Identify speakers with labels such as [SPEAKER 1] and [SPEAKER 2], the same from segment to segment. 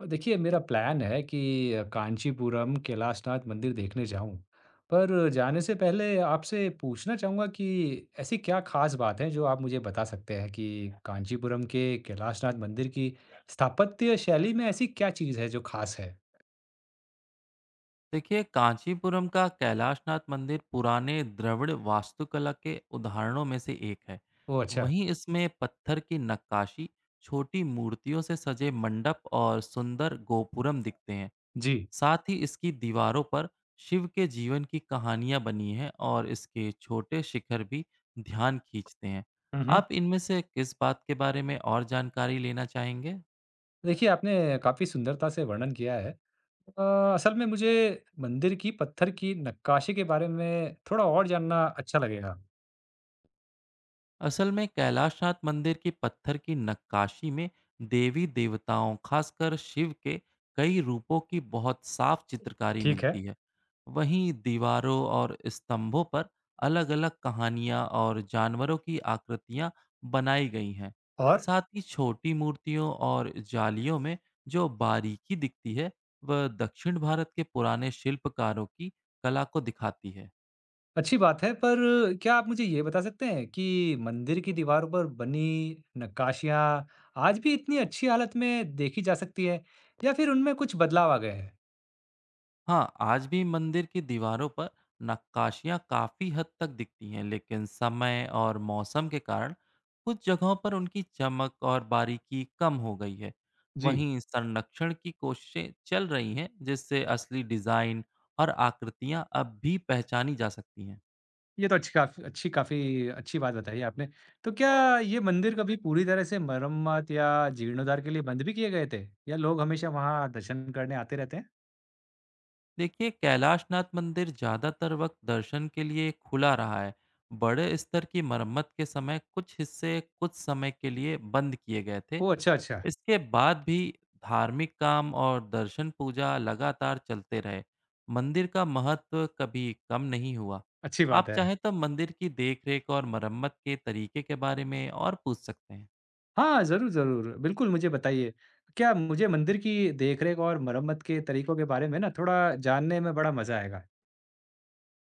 [SPEAKER 1] और देखिए, मेरा प्लान है कि कांचीपुरम कैलाशनाथ मंदिर देखने जाऊँ। पर जाने से पहले आपसे पूछना चाहूँगा कि ऐसी क्या ख़ास बात है जो आप मुझे बता सकते हैं कि कांचीपुरम के कैलाशनाथ मंदिर की स्थापत्य शैली में ऐसी क्या चीज़ है जो ख़ास है?
[SPEAKER 2] देखिए, कांचीपुरम का कैलाशनाथ मंदिर पुराने द्रविड़ वास्तुकला के उदाहरणों में से एक है।
[SPEAKER 1] ओह अच्छा,
[SPEAKER 2] वहीं इसमें पत्थर की नक्काशी, छोटी मूर्तियों से सजे मंडप और सुंदर गोपुरम दिखते हैं।
[SPEAKER 1] जी।
[SPEAKER 2] साथ ही इसकी दीवारों पर शिव के जीवन की कहानियां बनी हैं और इसके छोटे शिखर भी ध्यान खींचते हैं।
[SPEAKER 1] हुँ, हुँ।
[SPEAKER 2] आप इनमें से किस बात के बारे में और जानकारी लेना चाहेंगे?
[SPEAKER 1] देखिए, आपने काफ़ी सुंदरता से वर्णन किया है। अ, असल में मुझे मंदिर की पत्थर की नक्काशी के बारे में थोड़ा और जानना अच्छा लगेगा।
[SPEAKER 2] असल में कैलाशनाथ मंदिर की पत्थर की नक्काशी में देवी देवताओं, खासकर शिव के कई रूपों की बहुत साफ चित्रकारी
[SPEAKER 1] ठीक है,
[SPEAKER 2] मिलती है। वहीं दीवारों और स्तंभों पर अलग-अलग कहानियां और जानवरों की आकृतियां बनाई गई हैं।
[SPEAKER 1] और?
[SPEAKER 2] साथ ही छोटी मूर्तियों और जालियों में जो बारीकी दिखती है, वह दक्षिण भारत के पुराने शिल्पकारों की कला को दिखाती है।
[SPEAKER 1] अच्छी बात है, पर क्या आप मुझे ये बता सकते हैं कि मंदिर की दीवारों पर बनी नक्काशियाँ आज भी इतनी अच्छी हालत में देखी जा सकती हैं या फिर उनमें कुछ बदलाव आ गए हैं?
[SPEAKER 2] हाँ, आज भी मंदिर की दीवारों पर नक्काशियाँ काफ़ी हद तक दिखती हैं, लेकिन समय और मौसम के कारण कुछ जगहों पर उनकी चमक और बारीकी कम हो गई है।
[SPEAKER 1] जी,
[SPEAKER 2] वहीं संरक्षण की कोशिशें चल रही हैं, जिससे असली डिज़ाइन और आकृतियाँ अब भी पहचानी जा सकती हैं।
[SPEAKER 1] ये तो अच्छी काफ़ी अच्छी काफ़ी अच्छी बात बताई आपने। तो क्या ये मंदिर कभी पूरी तरह से मरम्मत या जीर्णोद्धार के लिए बंद भी किए गए थे या लोग हमेशा वहाँ दर्शन करने आते रहते हैं?
[SPEAKER 2] देखिए, कैलाशनाथ मंदिर ज़्यादातर वक्त दर्शन के लिए खुला रहा है। बड़े स्तर की मरम्मत के समय कुछ हिस्से कुछ समय के लिए बंद किए गए थे।
[SPEAKER 1] ओह! अच्छा, अच्छा,
[SPEAKER 2] इसके बाद भी धार्मिक काम और दर्शन पूजा लगातार चलते रहे। मंदिर का महत्व कभी कम नहीं हुआ।
[SPEAKER 1] अच्छी बात
[SPEAKER 2] आप
[SPEAKER 1] है।
[SPEAKER 2] चाहें तो मंदिर की देखरेख और मरम्मत के तरीके के बारे में और पूछ सकते हैं।
[SPEAKER 1] हाँ, ज़रूर, ज़रूर। बिल्कुल, मुझे बताइए। क्या मुझे मंदिर की देखरेख और मरम्मत के तरीकों के बारे में ना थोड़ा जानने में बड़ा मज़ा आएगा।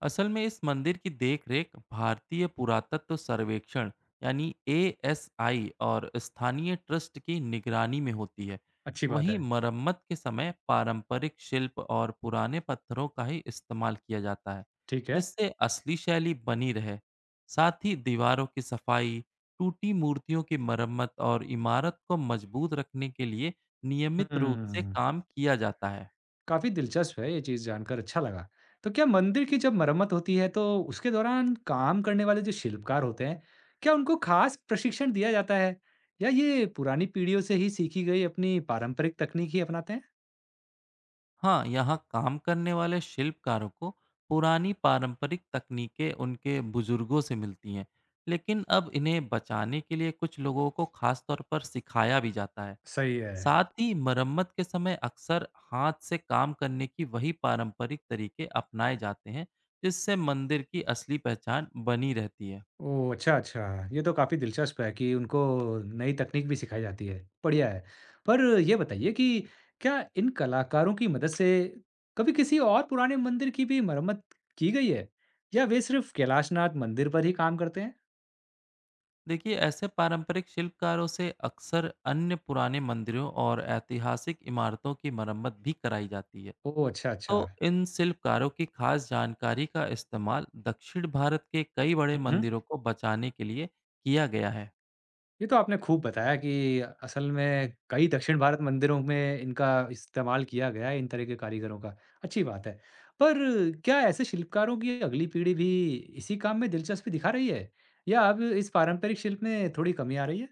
[SPEAKER 2] असल में इस मंदिर की देखरेख भारतीय पुरातत्व सर्वेक्षण, यानी एएसआई और स्थानीय ट्रस्ट की निगरानी में होती है।
[SPEAKER 1] अच्छी बात
[SPEAKER 2] वहीं
[SPEAKER 1] है।
[SPEAKER 2] मरम्मत के समय पारंपरिक शिल्प और पुराने पत्थरों का ही इस्तेमाल किया जाता है,
[SPEAKER 1] ठीक है।
[SPEAKER 2] जिससे असली शैली बनी रहे। साथ ही दीवारों की सफाई, टूटी मूर्तियों की मरम्मत और इमारत को मजबूत रखने के लिए नियमित रूप से
[SPEAKER 1] हुँ,
[SPEAKER 2] काम किया जाता है।
[SPEAKER 1] काफ़ी दिलचस्प है ये चीज़ जानकर अच्छा लगा। तो क्या मंदिर की जब मरम्मत होती है तो उसके दौरान काम करने वाले जो शिल्पकार होते हैं, क्या उनको ख़ास प्रशिक्षण दिया जाता है? या ये पुरानी पीढ़ियों से ही सीखी गई अपनी पारंपरिक तकनीक ही अपनाते हैं?
[SPEAKER 2] हाँ, यहाँ काम करने वाले शिल्पकारों को पुरानी पारंपरिक तकनीकें उनके बुजुर्गों से मिलती हैं, लेकिन अब इन्हें बचाने के लिए कुछ लोगों को खास तौर पर सिखाया भी जाता है।
[SPEAKER 1] सही है।
[SPEAKER 2] साथ ही मरम्मत के समय अक्सर हाथ से काम करने की वही पारंपरिक तरीके अपनाए जाते हैं, जिससे मंदिर की असली पहचान बनी रहती है।
[SPEAKER 1] ओह! अच्छा, अच्छा। ये तो काफ़ी दिलचस्प है कि उनको नई तकनीक भी सिखाई जाती है, बढ़िया है। पर ये बताइए कि क्या इन कलाकारों की मदद से कभी किसी और पुराने मंदिर की भी मरम्मत की गई है? या वे सिर्फ़ कैलाशनाथ मंदिर पर ही काम करते हैं?
[SPEAKER 2] देखिए, ऐसे पारंपरिक शिल्पकारों से अक्सर अन्य पुराने मंदिरों और ऐतिहासिक इमारतों की मरम्मत भी कराई जाती है।
[SPEAKER 1] ओह! अच्छा,
[SPEAKER 2] तो
[SPEAKER 1] अच्छा।
[SPEAKER 2] इन शिल्पकारों की खास जानकारी का इस्तेमाल दक्षिण भारत के कई बड़े
[SPEAKER 1] हुँ, हुँ।
[SPEAKER 2] मंदिरों को बचाने के लिए किया गया है।
[SPEAKER 1] ये तो आपने खूब बताया कि असल में कई दक्षिण भारत मंदिरों में इनका इस्तेमाल किया गया है, इन तरह के कारीगरों का। अच्छी बात है। पर क्या ऐसे शिल्पकारों की अगली पीढ़ी भी इसी काम में दिलचस्पी दिखा रही है? या अब इस पारंपरिक शिल्प में थोड़ी कमी आ रही है?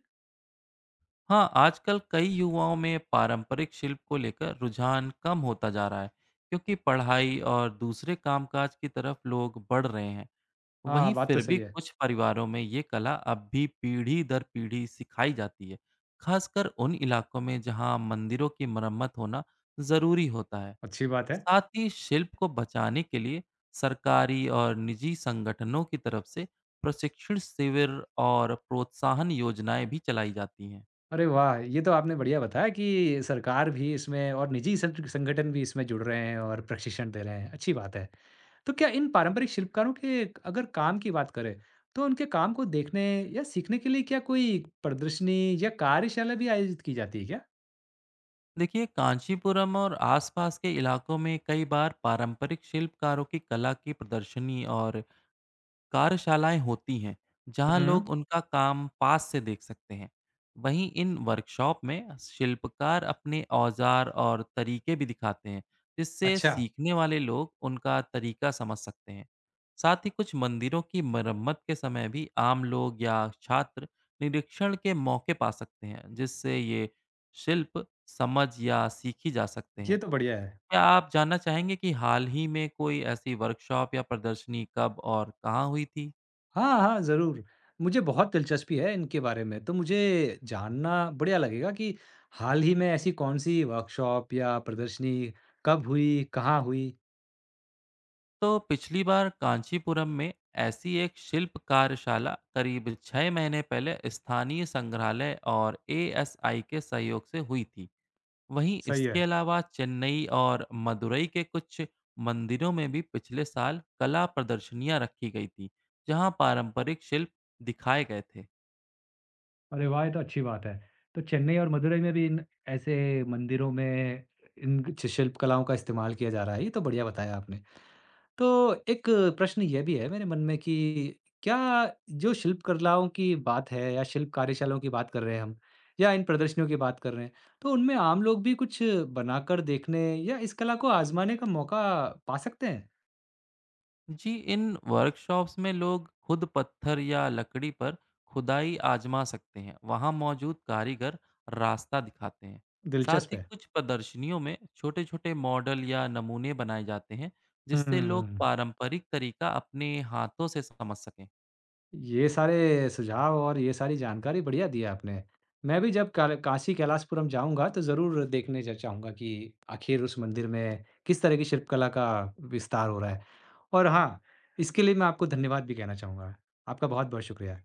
[SPEAKER 2] हाँ, आजकल कई युवाओं में पारंपरिक शिल्प को लेकर रुझान कम होता जा रहा है, क्योंकि पढ़ाई और दूसरे कामकाज की तरफ लोग बढ़ रहे हैं। वहीं
[SPEAKER 1] हाँ, बात तो
[SPEAKER 2] फिर भी
[SPEAKER 1] सही है।
[SPEAKER 2] कुछ परिवारों में ये कला अब भी पीढ़ी दर पीढ़ी सिखाई जाती है, खासकर उन इलाकों में जहाँ मंदिरों की मरम्मत होना ज़रूरी होता है।
[SPEAKER 1] अच्छी बात है।
[SPEAKER 2] साथ ही शिल्प को बचाने के लिए सरकारी और निजी संगठनों की तरफ से प्रशिक्षण शिविर और प्रोत्साहन योजनाएं भी चलाई जाती हैं।
[SPEAKER 1] अरे वाह! ये तो आपने बढ़िया बताया कि सरकार भी इसमें और निजी संट संगठन भी इसमें जुड़ रहे हैं और प्रशिक्षण दे रहे हैं, अच्छी बात है। तो क्या इन पारंपरिक शिल्पकारों के अगर काम की बात करें, तो उनके काम को देखने या सीखने के लिए क्या कोई प्रदर्शनी या कार्यशाला भी आयोजित की जाती है क्या?
[SPEAKER 2] देखिए, कांचीपुरम और आसपास के इलाकों में कई बार पारंपरिक शिल्पकारों की कला की प्रदर्शनी और कार्यशालाएँ होती हैं, जहाँ
[SPEAKER 1] हुँ,
[SPEAKER 2] लोग उनका काम पास से देख सकते हैं। वहीं इन वर्कशॉप में शिल्पकार अपने औजार और तरीके भी दिखाते हैं, जिससे
[SPEAKER 1] अच्छा।
[SPEAKER 2] सीखने वाले लोग उनका तरीका समझ सकते हैं। साथ ही कुछ मंदिरों की मरम्मत के समय भी आम लोग या छात्र निरीक्षण के मौके पा सकते हैं, जिससे ये शिल्प समझ या सीखी जा सकते
[SPEAKER 1] ये
[SPEAKER 2] हैं।
[SPEAKER 1] तो बढ़िया है।
[SPEAKER 2] क्या आप जानना चाहेंगे कि हाल ही में कोई ऐसी वर्कशॉप या प्रदर्शनी कब और कहाँ हुई थी?
[SPEAKER 1] हाँ, हाँ, ज़रूर। मुझे बहुत दिलचस्पी है इनके बारे में, तो मुझे जानना बढ़िया लगेगा कि हाल ही में ऐसी कौन-सी वर्कशॉप या प्रदर्शनी कब हुई, कहाँ हुई?
[SPEAKER 2] तो पिछली बार कांचीपुरम में ऐसी एक शिल्प कार्यशाला करीब 6 महीने पहले स्थानीय संग्रहालय और एएसआई के सहयोग से हुई थी। वहीं
[SPEAKER 1] सही
[SPEAKER 2] इसके
[SPEAKER 1] है।
[SPEAKER 2] अलावा चेन्नई और मदुरई के कुछ मंदिरों में भी पिछले साल कला प्रदर्शनियां रखी गई थी, जहां पारंपरिक शिल्प दिखाए गए थे।
[SPEAKER 1] अरे वाह! ये तो अच्छी बात है। तो चेन्नई और मदुरई में भी इन ऐसे मंदिरों में इन कुछ शिल्प कलाओं का इस्तेमाल किया जा रहा है, ये तो बढ़िया बताया आपने। तो एक प्रश्न ये भी है मेरे मन में कि क्या जो शिल्प कलाओं की बात है या शिल्प कार्यशालाओं की बात कर रहे हैं हम या इन प्रदर्शनियों की बात कर रहे हैं, तो उनमें आम लोग भी कुछ बनाकर देखने या इस कला को आज़माने का मौका पा सकते हैं?
[SPEAKER 2] जी, इन वर्कशॉप्स में लोग खुद पत्थर या लकड़ी पर खुदाई आजमा सकते हैं। वहाँ मौजूद कारीगर रास्ता दिखाते हैं। साथ
[SPEAKER 1] दिलचस्प
[SPEAKER 2] ही
[SPEAKER 1] है।
[SPEAKER 2] कुछ प्रदर्शनियों में छोटे छोटे मॉडल या नमूने बनाए जाते हैं, जिससे लोग
[SPEAKER 1] हुँ।
[SPEAKER 2] पारंपरिक तरीका अपने हाथों से समझ सकें।
[SPEAKER 1] ये सारे सुझाव और ये सारी जानकारी बढ़िया दी है आपने। मैं भी जब काल काशी कैलाशपुरम जाऊँगा तो ज़रूर देखने ज चाहूँगा कि आखिर उस मंदिर में किस तरह की शिल्पकला का विस्तार हो रहा है। और हाँ, इसके लिए मैं आपको धन्यवाद भी कहना चाहूँगा। आपका बहुत-बहुत शुक्रिया।